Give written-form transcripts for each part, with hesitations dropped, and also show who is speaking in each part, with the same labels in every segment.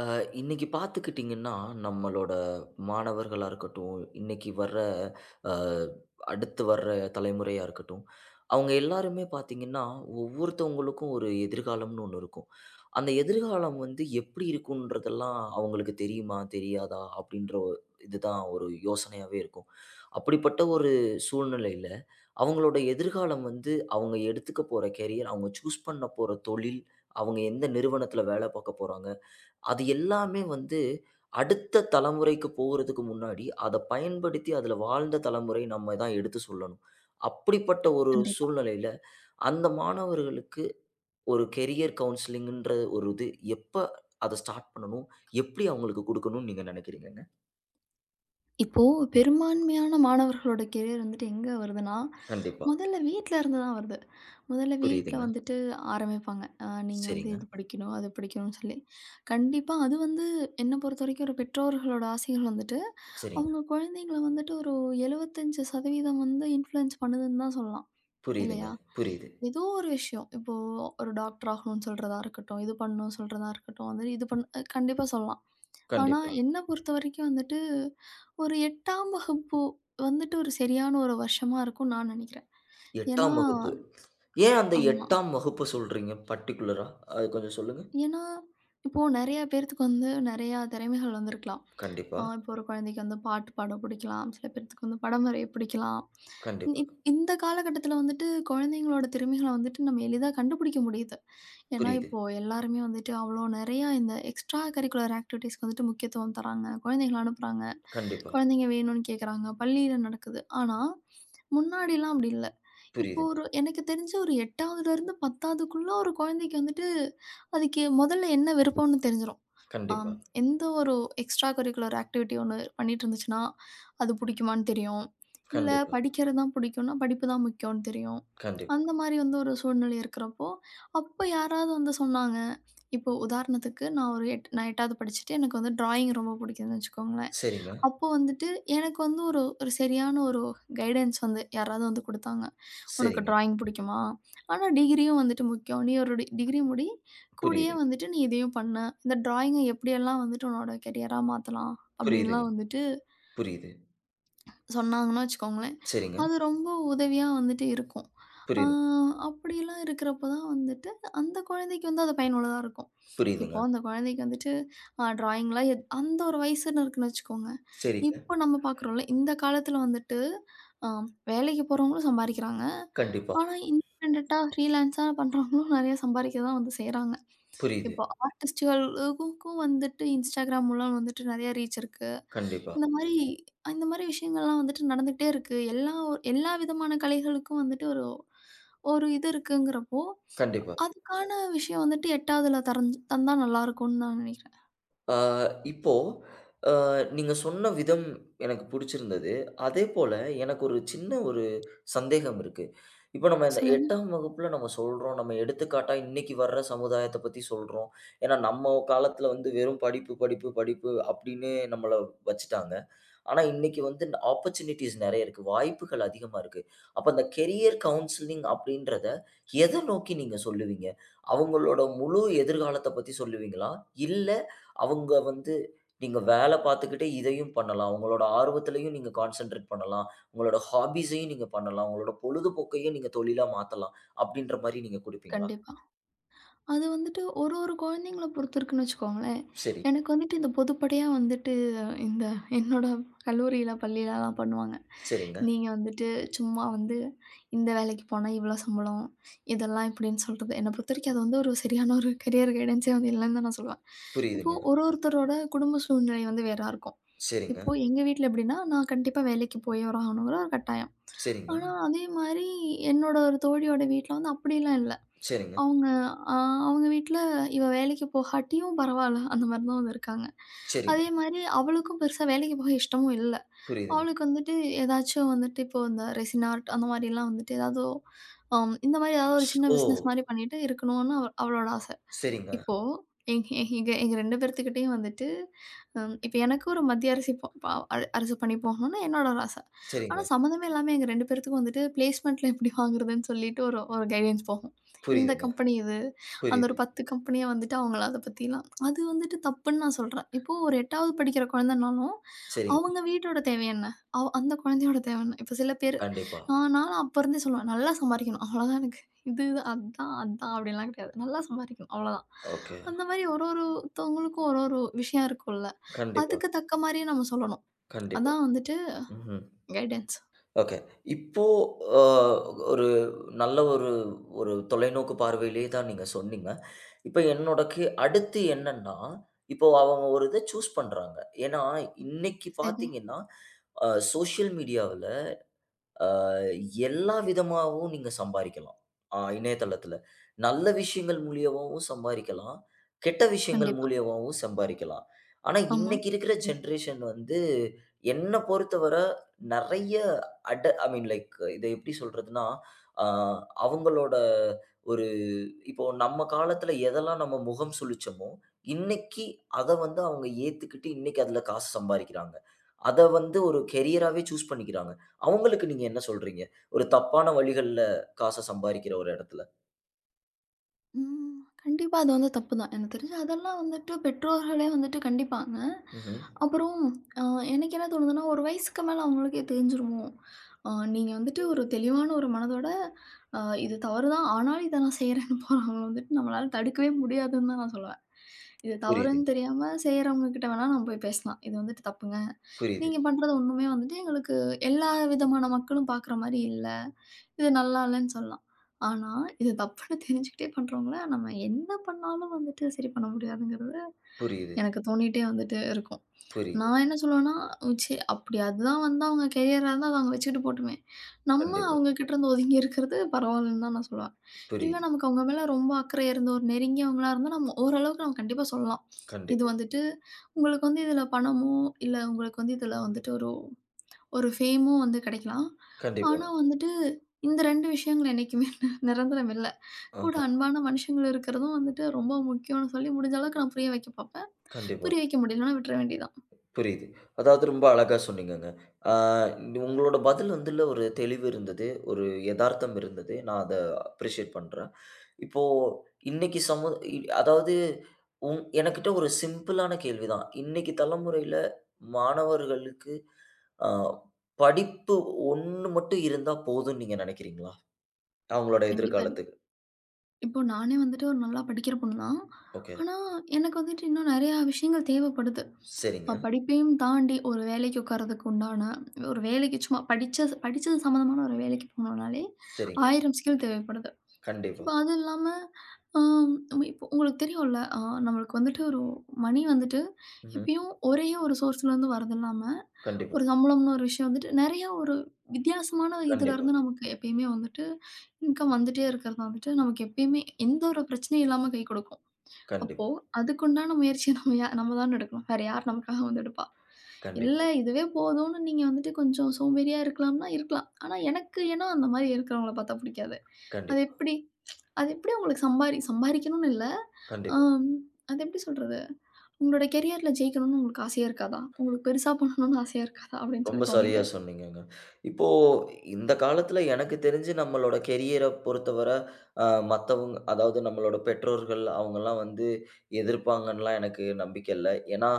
Speaker 1: அ இன்னைக்கு பார்த்துக்கிட்டிங்கன்னா, நம்மளோட மாணவர்களா இருக்கட்டும், இன்னைக்கு வர்ற அ அடுத்து வர்ற தலைமுறையா இருக்கட்டும், அவங்க எல்லாருமே பார்த்தீங்கன்னா, ஒவ்வொருத்தவங்களுக்கும் ஒரு எதிர்காலம்னு ஒண்ணு இருக்கும். அந்த எதிர்காலம் வந்து எப்படி இருக்குன்றதெல்லாம் அவங்களுக்கு தெரியுமா? தெரியாதா? அப்படின்ற ஒ இதுதான் ஒரு யோசனையாவே இருக்கும். அப்படிப்பட்ட ஒரு சூழ்நிலையில, அவங்களோட எதிர்காலம் வந்து அவங்க எடுத்துக்க போற கேரியர், அவங்க சூஸ் பண்ண போற தொழில், அவங்க எந்த நிறுவனத்தில வேலை பார்க்க போறாங்க? அது எல்லாமே வந்து அடுத்த தலைமுறைக்கு போகுறதுக்கு முன்னாடி, அத பயன்படுத்தி அதுல வாழ்ந்த தலைமுறை நம்ம தான் எடுத்து சொல்லணும். அப்படிப்பட்ட ஒரு
Speaker 2: கண்டிப்பா.
Speaker 1: சூழ்நிலையில, அந்த மாணவர்களுக்கு ஒரு கெரியர் கவுன்சிலிங்ன்ற ஒரு இது எப்ப அத ஸ்டார்ட் பண்ணணும்? எப்படி அவங்களுக்கு குடுக்கணும்னு நீங்க நினைக்கிறீங்கங்க?
Speaker 2: இப்போ பெரும்பான்மையான மாணவர்களோட கெரியர் வந்துட்டு எங்க வருதுன்னா,
Speaker 1: கண்டிப்பா.
Speaker 2: முதல்ல வீட்ல இருந்து தான் வருது. முதல்ல வீட்ல
Speaker 1: புரியுதுங்க.
Speaker 2: வந்துட்டு ஆரம்பிப்பாங்க. நீங்க வந்து
Speaker 1: சரிங்க,
Speaker 2: இது படிக்கணும், அது படிக்கணும்னு சொல்லி. கண்டிப்பா அது வந்து என்ன பொறுத்தவரைக்கும் ஒரு பெற்றோர்களோட ஆசைகள் வந்துட்டு,
Speaker 1: சரிங்க.
Speaker 2: அவங்க குழந்தைங்கள வந்துட்டு ஒரு 75% வந்து இன்ஃப்ளூயன்ஸ் பண்ணுதுன்னு தான் சொல்லலாம்.
Speaker 1: புரியுதுங்க.
Speaker 2: இல்லையா?
Speaker 1: புரியுது.
Speaker 2: ஏதோ ஒரு விஷயம். இப்போ ஒரு டாக்டர் ஆகணும்னு சொல்றதா இருக்கட்டும், இது பண்ணணும்னு சொல்றதா இருக்கட்டும், வந்து இது பண்ண கண்டிப்பா சொல்லலாம். ஆனா
Speaker 1: கண்டிப்பா.
Speaker 2: என்ன பொறுத்தவரைக்கும் வந்துட்டு ஒரு 8ஆம் வகுப்பு வந்துட்டு ஒரு சரியான ஒரு வருஷமா இருக்கும்னு நான் நினைக்கிறேன். ஏன்னா
Speaker 1: 8ஆம் வகுப்பு. ஏன் அந்த
Speaker 2: ஆமா.
Speaker 1: 8ஆம் வகுப்பு சொல்றீங்க பர்ட்டிகுலரா? அது கொஞ்சம் சொல்லுங்க.
Speaker 2: ஏன்னா, இப்போ நெறைய பேர்த்துக்கு வந்து நெறையா திறமைகள் வந்திருக்கலாம்.
Speaker 1: கண்டிப்பா,
Speaker 2: இப்போ ஒரு குழந்தைக்கு வந்து பாட்டு பாட பிடிக்கலாம். சில பேர்த்துக்கு வந்து படம் வரைய பிடிக்கலாம்.
Speaker 1: கண்டிப்பா.
Speaker 2: இந்த காலகட்டத்தில வந்துட்டு குழந்தைங்களோட திறமைகள வந்துட்டு நம்ம எளிதா கண்டுபிடிக்க முடியுது. ஏன்னா,
Speaker 1: புரியுது.
Speaker 2: இப்போ எல்லாருமே வந்துட்டு அவ்வளோ நெறையா இந்த எக்ஸ்ட்ரா கரிக்குலர் ஆக்டிவிட்டீஸ்க்கு வந்துட்டு முக்கியத்துவம் தராங்க. குழந்தைகள அனுப்புறாங்க.
Speaker 1: கண்டிப்பா.
Speaker 2: குழந்தைங்க வேணும்னு கேட்குறாங்க. பள்ளியில நடக்குது. ஆனா, முன்னாடிலாம் அப்படி இல்ல. இப்போ
Speaker 1: புரியுதுங்க.
Speaker 2: ஒரு எனக்கு தெரிஞ்சு ஒரு 8வதுலேருந்து 10வதுக்குள்ள ஒரு குழந்தைக்கு வந்துட்டு, அதுக்கு முதல்ல என்ன விருப்பம்னு தெரிஞ்சிரும்.
Speaker 1: கண்டிப்பா,
Speaker 2: ஆம். எந்த ஒரு எக்ஸ்ட்ரா கரிக்குலர் ஆக்டிவிட்டி ஒண்ணு பண்ணிட்டு இருந்துச்சுன்னா, அது பிடிக்குமான்னு தெரியும். இல்ல
Speaker 1: கண்டிப்பா,
Speaker 2: படிக்கிறது தான் பிடிக்கும்னா, படிப்பு தான் முக்கியம்னு தெரியும்.
Speaker 1: கண்டிப்பா.
Speaker 2: அந்த மாரி வந்து ஒரு சூழ்நிலை இருக்கிறப்போ, அப்ப யாராவது வந்து சொன்னாங்க. இப்போ உதாரணத்துக்கு நான் ஒரு எட் நான் 8வது படிச்சுட்டு எனக்கு வந்து டிராயிங் ரொம்ப பிடிக்குதுன்னு வச்சுக்கோங்களேன்.
Speaker 1: சரிங்க,
Speaker 2: அப்போ வந்துட்டு எனக்கு வந்து ஒரு ஒரு சரியான ஒரு கைடன்ஸ் வந்து யாராவது வந்து குடுத்தாங்க. "உனக்கு
Speaker 1: சரிங்க.
Speaker 2: ட்ராயிங் பிடிக்குமா? ஆனா டிகிரியும் வந்துட்டு முக்கியம். நீ ஒரு டிகிரி முடி. கூடயே
Speaker 1: புரியுது,
Speaker 2: வந்துட்டு நீ இதையும் பண்ணு. இந்த ட்ராயிங்க எப்படியெல்லாம் வந்துட்டு உன்னோட கெரியரா மாத்தலாம்."
Speaker 1: புரியுதுங்க,
Speaker 2: அப்படின்லாம் வந்துட்டு
Speaker 1: புரியுது.
Speaker 2: சொன்னாங்கன்னு வச்சுக்கோங்களேன்,
Speaker 1: சரிங்க,
Speaker 2: அது ரொம்ப உதவியா வந்துட்டு இருக்கும். ஆ
Speaker 1: புரியுது,
Speaker 2: அப்படிலாம் இருக்கிறப்ப தான் வந்துட்டு, அந்த குழந்தைக்கு வந்து அது பயனுள்ளதா இருக்கும். இப்போ
Speaker 1: புரியுதுங்க.
Speaker 2: அந்த குழந்தைக்கு வந்துட்டு ட்ராயிங்லாம் அந்த ஒரு வயசுன்னு இருக்குன்னு வச்சுக்கோங்க.
Speaker 1: சரிங்க.
Speaker 2: இப்போ நம்ம பார்க்குறோம்ல, இந்த காலத்தில வந்துட்டு அ வேலைக்கு போறவங்களும் சம்பாரிக்கிறாங்க.
Speaker 1: கண்டிப்பா.
Speaker 2: ஆனா இண்டிபெண்டன்ட்டா ஃப்ரீலான்ஸா பண்றவங்களும் நெறைய சம்பாரிக்க தான் வந்து செய்றாங்க.
Speaker 1: புரியுது.
Speaker 2: இப்போ ஆர்டிஸ்ட்டுகளுக்கும் வந்துட்டு Instagram மூலம் வந்துட்டு நெறைய ரீச் இருக்கு.
Speaker 1: கண்டிப்பா,
Speaker 2: இந்த மாரி இந்த மாரி விஷயங்கள்லாம் வந்துட்டு நடந்துகிட்டே இருக்கு. எல்லா எல்லா விதமான கலைகளுக்கும் வந்துட்டு ஒரு ஒரு இது இருக்குங்கிறப்போ,
Speaker 1: கண்டிப்பா.
Speaker 2: அதுக்கான விஷயம் வந்துட்டு 8வதுல தந்தா நல்லாருக்கும்னு நான் நினைக்கிறேன்.
Speaker 1: ஆ இப்போ அ நீங்க சொன்ன விதம் எனக்கு புடிச்சிருந்தது. அதேபோல எனக்கு ஒரு சின்ன சந்தேகம் இருக்கு. இப்ப நம்ம இந்த
Speaker 2: சொல்லுங்க.
Speaker 1: 8ஆம் வகுப்புல நம்ம சொல்றோம். நம்ம எடுத்துக்காட்டா இன்னைக்கு வர்ற சமுதாயத்த பத்தி சொல்றோம். ஏன்னா, நம்ம காலத்துல வந்து வெறும் படிப்பு, படிப்பு, படிப்பு அப்படின்னு நம்மள வச்சுட்டாங்க. ஆனா, இன்னைக்கு வந்து ஆப்பர்ச்சுனிட்டீஸ் நெறைய இருக்கு. வாய்ப்புகள் அதிகமா இருக்கு. அப்ப அந்த கெரியர் கவுன்சிலிங் அப்படின்றத எத நோக்கி நீங்க சொல்லுவீங்க? அவங்களோட முழு எதிர்காலத்த பத்தி சொல்லுவீங்களா? இல்ல அவங்க வந்து நீங்க வேல பார்த்துக்கிட்டே இதையும் பண்ணலாம். உங்களோட ஆர்வத்திலயும் நீங்க கான்சன்ட்ரேட் பண்ணலாம். உங்களோட ஹாபீஸையும் நீங்க பண்ணலாம். உங்களோட பொழுதுபோக்கையும் நீங்க தொழிலா மாத்தலாம். அப்படின்ற மாரி நீங்க குடுப்பீங்களா?
Speaker 2: கண்டிப்பா. அது வந்துட்டு ஒரு ஒரு குழந்தைங்கள பொறுத்து இருக்குன்னு வச்சுக்கோங்களேன்.
Speaker 1: சரி.
Speaker 2: எனக்கு வந்துட்டு இந்த பொதுப்படையா வந்துட்டு இந்த என்னோட கல்லூரியில, பள்ளியிலலாம் பண்ணுவாங்க.
Speaker 1: சரிங்க.
Speaker 2: நீங்க வந்துட்டு சும்மா வந்து இந்த வேலைக்கு போனா இவ்வளோ சம்பளம், இதெல்லாம் இப்படின்னு சொல்றது. என்ன பொறுத்தவரைக்கும் அது வந்து ஒரு சரியான ஒரு கரியர் கைடன்ஸே வந்து இல்லைன்னு தான் நான் சொல்லுவேன். இப்போ
Speaker 1: புரியுதுங்க.
Speaker 2: ஒரு ஒருத்தரோட குடும்ப சூழ்நிலை வந்து வேறா இருக்கும்.
Speaker 1: சரிங்க.
Speaker 2: இப்போ எங்க வீட்ல எப்படின்னா, நான் கண்டிப்பா வேலைக்கு போயே ஆகணுங்கிற ஒரு கட்டாயம்.
Speaker 1: சரிங்க.
Speaker 2: ஆனா அதே மாரி என்னோட ஒரு தோழியோட வீட்ல வந்து அப்படிலாம் இல்ல.
Speaker 1: சரிங்க. சரிங்க.
Speaker 2: அவங்க அ அவங்க வீட்ல இவ வேலைக்கு போகாட்டியும் பரவால்ல, அந்த மாரி தான் வந்து இருக்காங்க.
Speaker 1: சரிங்க.
Speaker 2: அதே மாரி அவளுக்கும் பெருசா வேலைக்கு போக இஷ்டமும் இல்ல.
Speaker 1: புரியுதுங்க.
Speaker 2: அவளுக்கு வந்துட்டு ஏதாச்சும் வந்துட்டு இப்போ இந்த ரெசின் ஆர்ட் அந்த மாரிலாம் வந்துட்டு ஏதாவது இந்த மாரி ஏதாவது ஒரு சின்ன
Speaker 1: ஓ!
Speaker 2: பிசினஸ் மாரி பண்ணிட்டு இருக்கணும்னு அவளோட ஆச.
Speaker 1: சரிங்க.
Speaker 2: இப்போ எங் எங் எங்க எங்க 2 பேர்த்துக்கிட்டயும் வந்துட்டு, இப்ப எனக்கு ஒரு மத்திய அரசி ப ப அர அரசு பணி போகணும்னு என்னோட ஒரு ஆசை. ஆனா
Speaker 1: சரிங்க.
Speaker 2: சம்மந்தமே இல்லாம எங்க 2 பேர்த்துக்கும் வந்துட்டு பிளேஸ்மெண்ட்ல எப்படி வாங்குறதுன்னு சொல்லிட்டு ஒரு ஒரு கைடன்ஸ் போகும். இந்த
Speaker 1: புரியுதுங்க.
Speaker 2: கம்பெனி இது. அந்த ஒரு
Speaker 1: புரியுது.
Speaker 2: 10 கம்பெனியா வந்துட்டு அவங்கள அத பத்திலாம் அது வந்துட்டு தப்புன்னு நான் சொல்றேன். இப்போ ஒரு 8வது படிக்கிற குழந்தைனாலும்,
Speaker 1: சரிங்க.
Speaker 2: அவங்க வீட்டோட தேவை என்ன? அந்த குழந்தையோட தேவை என்ன? இப்ப சில பேரு
Speaker 1: கண்டிப்பா.
Speaker 2: நான்லாம் அப்ப இருந்தே சொல்லுவேன், நல்லா சம்பாரிக்கணும். அவ்வளோதான் எனக்கு. இது அதான், அப்படின்லாம் கிடையாது. நல்லா சம்பாதிக்கணும் அவ்வளோதான்.
Speaker 1: ஓகே.
Speaker 2: அந்த மாரி ஒரு ஒருத்தவங்களுக்கும் ஒரு ஒரு விஷயம் இருக்கும்ல.
Speaker 1: கண்டிப்பா,
Speaker 2: அதுக்கு தக்க மாரியே நம்ம சொல்லணும்.
Speaker 1: கண்டிப்பா.
Speaker 2: அதான் வந்துட்டு
Speaker 1: ம்ஹ்ம்.
Speaker 2: கைடன்ஸ்.
Speaker 1: ஓகே. இப்போ அ ஒரு நல்ல ஒரு ஒரு தொலைநோக்கு பார்வையிலே தான் நீங்க சொன்னீங்க. இப்ப என்னோடக்கு அடுத்து என்னன்னா, இப்போ அவங்க ஒரு இத சூஸ் பண்றாங்க. ஏன்னா, இன்னைக்கு
Speaker 2: சரி.
Speaker 1: பார்த்தீங்கன்னா, அ சோஷியல் மீடியாவுல எல்லா விதமாவும் நீங்க சம்பாரிக்கலாம். இணையதளத்துல. நல்ல விஷயங்கள் மூலியமாவும் சம்பாரிக்கலாம். கெட்ட விஷயங்கள்
Speaker 2: கண்டிப்பா.
Speaker 1: மூலியமாவும் சம்பாரிக்கலாம். ஆனா,
Speaker 2: ஆமா.
Speaker 1: இன்னைக்கு இருக்கிற ஜெனரேஷன் வந்து என்ன பொறுத்தவர நெறைய அட ஐ மீன் லைக் இத எப்படி சொல்றதுன்னா, அ அவங்களோட ஒரு இப்போ நம்ம காலத்துல எதெல்லாம் நம்ம முகம் சுளிச்சோமோ, இன்னைக்கு அத வந்து அவங்க ஏத்துக்கிட்டு, இன்னைக்கு அதுல காசு சம்பாரிக்கிறாங்க. அத வந்து ஒரு கேரியராவே சூஸ் பண்ணிக்கிறாங்க. அவங்களுக்கு நீங்க என்ன சொல்றீங்க? ஒரு தப்பான வழிகள்ல காச சம்பாரிக்கிற ஒரு இடத்துல.
Speaker 2: ம். கண்டிப்பா அது வந்து தப்புதான். எனக்கு தெரிஞ்சு அதெல்லாம் வந்துட்டு பெற்றோர்களே வந்துட்டு கண்டிப்பாங்க.
Speaker 1: ம்ஹ்ம்.
Speaker 2: அப்புறம் அ எனக்கு என்ன தோணுதுன்னா, ஒரு வயசுக்கு மேல அவங்களுக்கே தெரிஞ்சிருமோ! நீங்க வந்துட்டு ஒரு தெளிவான ஒரு மனதோட அ இது தவறுதான். ஆனாலும் இத நான் செய்றேன்னு போறவங்கள வந்துட்டு நம்மளால தடுக்கவே முடியாதுன்னு தான் நான் சொல்லுவேன். இது தவறுன்னு
Speaker 1: புரியுதுங்க.
Speaker 2: தெரியாம செய்றவங்க கிட்ட வேணா நம்ம போய் பேசலாம். இது வந்துட்டு தப்புங்க.
Speaker 1: புரியுது,
Speaker 2: நீங்க பண்றது ஒண்ணுமே வந்துட்டு எங்களுக்கு எல்லா விதமான மக்களும் பார்க்குற மாரி இல்ல. இது நல்லா இல்லன்னு சொல்லலாம். ஆனா, இது தப்புன்னு தெரிஞ்சுக்கிட்டே பண்றவங்கள, நம்ம என்ன பண்ணாலும் வந்துட்டு சரி பண்ண முடியாதுங்கிறது
Speaker 1: புரியுது,
Speaker 2: எனக்கு தோணிட்டே வந்துட்டு இருக்கும்.
Speaker 1: புரியுது.
Speaker 2: நான் என்ன சொல்லுவேன்னா, அப்படி அதுதான் வந்து அவங்க கெரியரா இருந்தா, அத அவங்க வச்சுக்கிட்டு போட்டுமே. நம்ம
Speaker 1: கண்டிப்பா.
Speaker 2: அவங்க கிட்ட இருந்து ஒதுங்கி இருக்கிறது பரவாயில்லன்னு தான் நான் சொல்லுவேன். இல்ல
Speaker 1: புரியுது.
Speaker 2: நமக்கு அவங்க மேல ரொம்ப அக்கறை இருந்து, ஒரு நெருங்கியவங்களா இருந்தா, ஓரளவுக்கு நம்ம கண்டிப்பா சொல்லலாம். இது
Speaker 1: கண்டிப்பா,
Speaker 2: வந்துட்டு உங்களுக்கு வந்து இதில பணமோ, இல்ல உங்களுக்கு வந்து இதில வந்துட்டு ஒரு ஒரு ஃபேமும் வந்து கிடைக்கலாம்.
Speaker 1: கண்டிப்பா.
Speaker 2: ஆனா வந்துட்டு, இந்த 2 விஷயங்கள் என்னைக்குமே நிரந்தரம் இல்ல. கூட
Speaker 1: ஆஹா,
Speaker 2: அன்பான மனுஷங்கள் இருக்கிறதும் வந்துட்டு ரொம்ப முக்கியம்னு சொல்லி முடிஞ்ச அளவுக்கு நான் புரிய வைக்க பார்ப்பேன்.
Speaker 1: கண்டிப்பா.
Speaker 2: புரிய வைக்க முடியலன்னா விட்டுற வேண்டியது தான்.
Speaker 1: புரியுது. அதாவது ரொம்ப அழகா சொன்னீங்கங்க. ஆ உங்களோட பதில் வந்துல ஒரு தெளிவு இருந்தது. ஒரு எதார்த்தம் இருந்தது. நான் அத அப்ரிஷியேட் பண்றேன். இப்போ இன்னைக்கு சமு இ அதாவது எனக்கிட்ட ஒரு சிம்பிளான கேள்விதான். இன்னைக்கு தலைமுறையில மாணவர்களுக்கு அ படிப்பு 1 மட்டும் இருந்தா போதும்னு நீங்க நெனைக்கிறீங்களா? அவங்களோட
Speaker 2: கண்டிப்பா இல்ல.
Speaker 1: எதிர்காலத்துக்கு.
Speaker 2: இப்போ நானே வந்துட்டு ஒரு நல்லா படிக்கிற பொண்ணு தான்.
Speaker 1: ஓகே.
Speaker 2: ஆனா, எனக்கு வந்துட்டு இன்னும் நெறையா விஷயங்கள் தேவைப்படுது.
Speaker 1: சரிங்க,
Speaker 2: படிப்பையும் தாண்டி ஒரு வேலைக்கு உட்கார்றதுக்கு உண்டான, ஒரு வேலைக்கு சும்மா படிச்சது சம்மந்தமான ஒரு வேலைக்கு போணும்னாலே
Speaker 1: சரிங்க.
Speaker 2: 1000 ஸ்கில் தேவைப்படுது.
Speaker 1: கண்டிப்பா.
Speaker 2: இப்ப அது இல்லாம, அ இப்போ உங்களுக்கு தெரியும்ல, நம்மளுக்கு வந்துட்டு ஒரு மணி வந்துட்டு
Speaker 1: ம்ஹ்ம்.
Speaker 2: எப்பயும் ஒரே ஒரு சோர்ஸ்லேருந்து வரது இல்லாம,
Speaker 1: கண்டிப்பா,
Speaker 2: ஒரு சம்பளம்னு ஒரு விஷயம் வந்துட்டு நெறைய ஒரு வித்தியாசமான
Speaker 1: கண்டிப்பா,
Speaker 2: இதுலருந்து நமக்கு எப்பயுமே வந்துட்டு இன்கம் வந்துட்டே இருக்கிறது வந்துட்டு நமக்கு எப்பயுமே எந்த ஒரு பிரச்சனையும் இல்லாம கை குடுக்கும். அப்போ
Speaker 1: கண்டிப்பா,
Speaker 2: அதுக்குண்டான முயற்சிய நம்ம தான் எடுக்கணும். வேற யார் நமக்காக வந்து எடுப்பா? இல்ல
Speaker 1: கண்டிப்பா, கண்டிப்பா,
Speaker 2: இதுவே போதும்னு நீங்க வந்துட்டு கொஞ்சம் சோம்பேறியா இருக்கலாம். ஆனா எனக்கு ஏனோ அந்த மாரி இருக்கிறவங்கள பார்த்தா புடிக்காது. அது
Speaker 1: கண்டிப்பா,
Speaker 2: எப்படி? அது எப்படி உங்களுக்கு சம்பாரிக்கணும்னு இல்ல.
Speaker 1: கண்டிப்பா.
Speaker 2: அம் அது எப்படி சொல்றது? உங்களோட கெரியர்ல ஜெயிக்கணும்னு உங்களுக்கு ஆசையா இருக்காதா? உங்களுக்கு பெருசா பண்ணணும்னு ஆசையா இருக்காதா? அப்படின்னு
Speaker 1: ரொம்ப
Speaker 2: சொல்லி
Speaker 1: சரியா
Speaker 2: தோணிட்டே இருக்கும்.
Speaker 1: சொன்னீங்கங்க. இப்போ இந்த காலத்துல எனக்கு தெரிஞ்சு நம்மளோட கெரியர பொறுத்தவர, அ மத்தவங்க அதாவது நம்மளோட பெற்றோர்கள் அவங்கலாம் வந்து எதிர்ப்பாங்கன்லாம் எனக்கு நம்பிக்க இல்ல. ஏன்னா,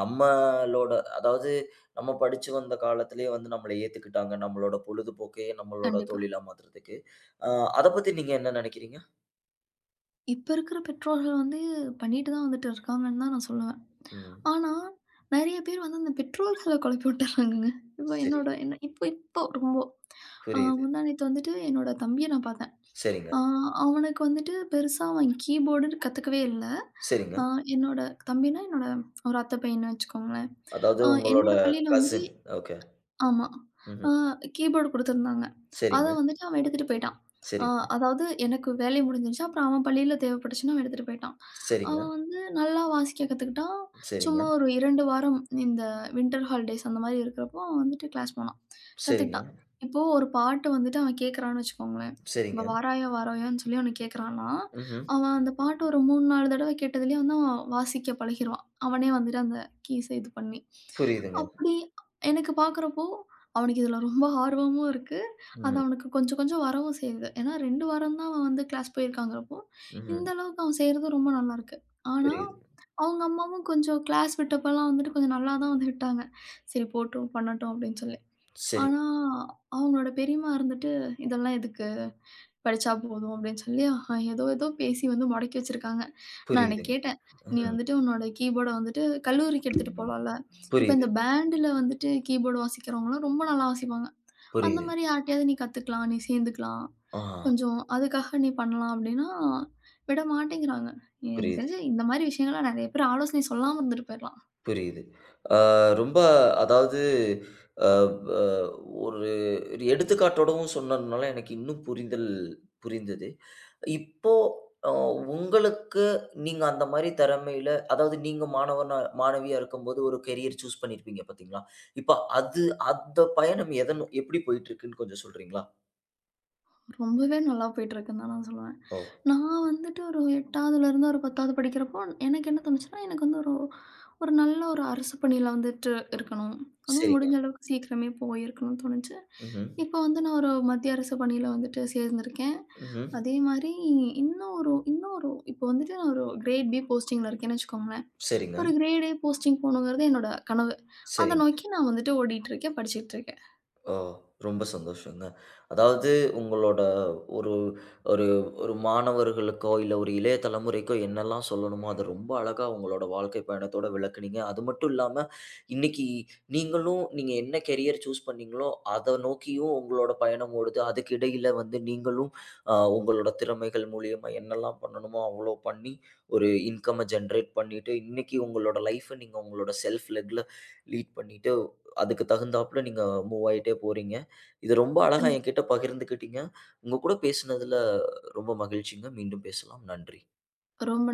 Speaker 1: நம்மளோட அதாவது நம்ம படிச்சு வந்த காலத்திலேயே வந்து நம்மள ஏத்துக்கிட்டாங்க. நம்மளோட பொழுதுபோக்கையே நம்மளோட
Speaker 2: கண்டிப்பா.
Speaker 1: தொழிலா மாத்துறதுக்கு. அ அத பத்தி நீங்க என்ன நெனைக்கிறீங்க?
Speaker 2: இப்ப இருக்கிற பெற்றோர்கள் வந்து பண்ணிட்டு தான் வந்துட்டு இருக்காங்கன்னு தான் நான் சொல்லுவேன்.
Speaker 1: ம்.
Speaker 2: ஆனா, நெறைய பேர் வந்து அந்த பெற்றோர்கள குழப்பி விட்டுர்றாங்கங்க. இப்போ
Speaker 1: சரி.
Speaker 2: என்னோட என்ன இப்போ இப்போ ரொம்போ.
Speaker 1: புரியுது.
Speaker 2: முந்தா நேத்து வந்துட்டு என்னோட தம்பிய நான் பார்த்தேன்.
Speaker 1: சரிங்க,
Speaker 2: ஆ அவனுக்கு வந்துட்டு பெருசா அவன் கீபோர்டுன்னு கத்துக்கவே இல்ல.
Speaker 1: சரிங்க.
Speaker 2: அ என்னோட என்னோட ஒரு அத்த பையன்னு வச்சுக்கோங்களேன்.
Speaker 1: அதாவது
Speaker 2: அ
Speaker 1: உங்களோட
Speaker 2: என்னோட பள்ளியில வந்துட்டு
Speaker 1: கசின். ஓகே.
Speaker 2: ஆமா.
Speaker 1: ம்ஹ்ம்.
Speaker 2: ஆ கீபோர்டு குடுத்துருந்தாங்க. அத
Speaker 1: சரிங்க,
Speaker 2: வந்துட்டு அவன் எடுத்துட்டு போயிட்டான். ஆ
Speaker 1: சரிங்க,
Speaker 2: அதாவது எனக்கு வேலை முடிஞ்சிருச்சு. அப்புறம் அவன் பள்ளியில தேவைப்பட்டுச்சுன்னு அவன் எடுத்துட்டு போயிட்டான்.
Speaker 1: சரிங்க.
Speaker 2: அவன் வந்து நல்லா வாசிக்க கத்துக்கிட்டான்.
Speaker 1: சரிங்க,
Speaker 2: சும்மா ஒரு 2 வாரம் இந்த வின்டர் ஹாலிடேஸ் அந்த மாரி இருக்கிறப்போ, அவன் வந்துட்டு கிளாஸ் போனான்.
Speaker 1: சரிங்க,
Speaker 2: கத்துக்கிட்டான். இப்போ ஒரு பாட்டு வந்துட்டு அவன் கேட்கறான்னு வச்சுக்கோங்களேன். இப்ப
Speaker 1: சரிங்க.
Speaker 2: "வாராயோ வாராயோன்னு" சொல்லி அவன கேட்கறான்னா,
Speaker 1: ம்ஹ்ம்.
Speaker 2: அவன் அந்த பாட்டு ஒரு 3, 4 தடவ கேட்டதுலயே வந்து அவன் வாசிக்க பழகிருவான். அவனே வந்துட்டு அந்த கீஸ இது பண்ணி.
Speaker 1: புரியுதுங்க.
Speaker 2: அப்படி எனக்கு பார்க்குறப்போ, அவனுக்கு இதுல ரொம்ப ஆர்வமும் இருக்கு. அது
Speaker 1: ம்,
Speaker 2: அவனுக்கு கொஞ்சம் கொஞ்சம் வரவும் செய்யுது. ஏன்னா 2 வாரம் தான் அவன் வந்து கிளாஸ் போயிருக்காங்கிறப்போ,
Speaker 1: ம்ஹ்ம்.
Speaker 2: இந்த அளவுக்கு அவன் செய்றது ரொம்ப நல்லாருக்கு. ஆனா,
Speaker 1: புரியுது.
Speaker 2: அவங்க அம்மாவும் கொஞ்சம் கிளாஸ் விட்டப்பலாம் வந்துட்டு கொஞ்சம் நல்லா தான் வந்து விட்டாங்க. சரி போட்டும், பண்ணட்டும் அப்படின்னு சொல்லி.
Speaker 1: சரி,
Speaker 2: ஆனா, அவங்களோட பெரியம்மா இருந்துட்டு, "இதெல்லாம் எதுக்கு? படிச்சா போதும் அப்படின்னு சொல்லி ஆஹா, ஏதோ ஏதோ பேசி வந்து முடக்கி வச்சிருக்காங்க. நான் அன்னைக்கு
Speaker 1: புரியுதுங்க.
Speaker 2: கேட்டேன், "நீ
Speaker 1: ம்.
Speaker 2: வந்துட்டு உன்னோட கீபோர்ட வந்துட்டு கல்லூரிக்கு எடுத்துட்டு போலாம்ல. இப்ப
Speaker 1: புரியுது,
Speaker 2: இந்த பேண்டுல வந்துட்டு கீபோர்டு வாசிக்கிறவங்கலாம் ரொம்ப நல்லா வாசிப்பாங்க. அந்த
Speaker 1: புரியுது.
Speaker 2: மாரி யார்ட்டயாவது நீ கத்துக்கலாம். நீ சேர்ந்துக்கலாம்.
Speaker 1: ஆ,
Speaker 2: கொஞ்சம் அதுக்காக நீ பண்ணலாம்." அப்படின்னா விட மாட்டேங்கிறாங்க. எனக்கு
Speaker 1: புரியுது.
Speaker 2: தெரிஞ்சு இந்த மாரி விஷயங்கள்லாம் நெறைய பேர் ஆலோசனை சொல்லாம இருந்துட்டு போயிரலாம்.
Speaker 1: புரியுது. ஆ ரொம்ப அதாவது அ அ ஒரு ஒரு எடுத்துக்காட்டோடவும் சொன்னதுனால எனக்கு இன்னும் புரிதல் புரிந்தது. இப்போ அ உங்களுக்கு நீங்க அந்த மாரி திறமையில அதாவது நீங்க மாணவனா மாணவியா இருக்கும்போது ஒரு கரியர் சூஸ் பண்ணியிருப்பீங்க பார்த்தீங்களா? இப்ப அது அந்த பயணம் எத நோ எப்படி போயிட்டு இருக்குன்னு கொஞ்சம் சொல்றீங்களா?
Speaker 2: ரொம்பவே நல்லா போயிட்டுருக்குன்னு தான் நான் சொல்லுவேன்.
Speaker 1: ஓ!
Speaker 2: நான் வந்துட்டு ஒரு 8வதுலேருந்து ஒரு 10வது படிக்கிறப்போ, எனக்கு என்ன தோணுச்சுன்னா, எனக்கு வந்து ஒரு ஒரு நல்ல ஒரு அரசு பணியில வந்துட்டு இருக்கணும். அதுவும்
Speaker 1: சரிங்க.
Speaker 2: முடிஞ்ச அளவுக்கு சீக்கிரமே போயிருக்கணும்னு தோணுச்சு.
Speaker 1: ம்ஹ்ம்.
Speaker 2: இப்போ வந்து நான் ஒரு மத்திய அரசு பணியில வந்துட்டு சேர்ந்திருக்கேன்.
Speaker 1: ம்ஹ்ம்.
Speaker 2: அதே மாரி இன்னும் ஒரு இப்போ வந்துட்டு நான் ஒரு கிரேட் பி போஸ்டிங்கில இருக்கேன்னு வச்சுக்கோங்களேன்.
Speaker 1: சரிங்க.
Speaker 2: ஒரு கிரேட் ஏ போஸ்டிங் போகணுங்கிறது என்னோட கனவு. அத
Speaker 1: சரி.
Speaker 2: நோக்கி நான் வந்துட்டு ஓடிட்டு இருக்கேன், படிச்சுட்டு இருக்கேன்.
Speaker 1: ஓ! ரொம்ப சந்தோஷங்க. அதாவது உங்களோட ஒரு ஒரு ஒரு மாணவர்களுக்கோ, இல்ல ஒரு இளைய தலைமுறைக்கோ என்னெல்லாம் சொல்லணுமோ, அத ரொம்ப அழகா உங்களோட வாழ்க்கை பயணத்தோட விளக்குனீங்க. அது மட்டும் இல்லாம, இன்னைக்கு நீங்களும் நீங்க என்ன கரியர் சூஸ் பண்ணீங்களோ, அத நோக்கியும் உங்களோட பயணம் ஓடுது. அதுக்கு இடையில வந்து நீங்களும் உங்களோட திறமைகள் மூலியமா என்னெல்லாம் பண்ணணுமோ, அவ்ளோ பண்ணி ஒரு இன்கம்ம ஜெனரேட் பண்ணிட்டு, இன்னைக்கு உங்களோட லைஃப்ப நீங்க உங்களோட செல்ஃப் லெக்ல லீட் பண்ணிட்டு அதுக்கு தகுந்தாப்புல நீங்க மூவ் ஆயிட்டே போறீங்க. இது ரொம்ப அழகா
Speaker 2: கண்டிப்பா
Speaker 1: என்கிட்ட பகிர்ந்துக்கிட்டீங்க. உங்க கூட பேசினதுல ரொம்ப மகிழ்ச்சிங்க. மீண்டும் பேசலாம். நன்றி.
Speaker 2: ரொம்ப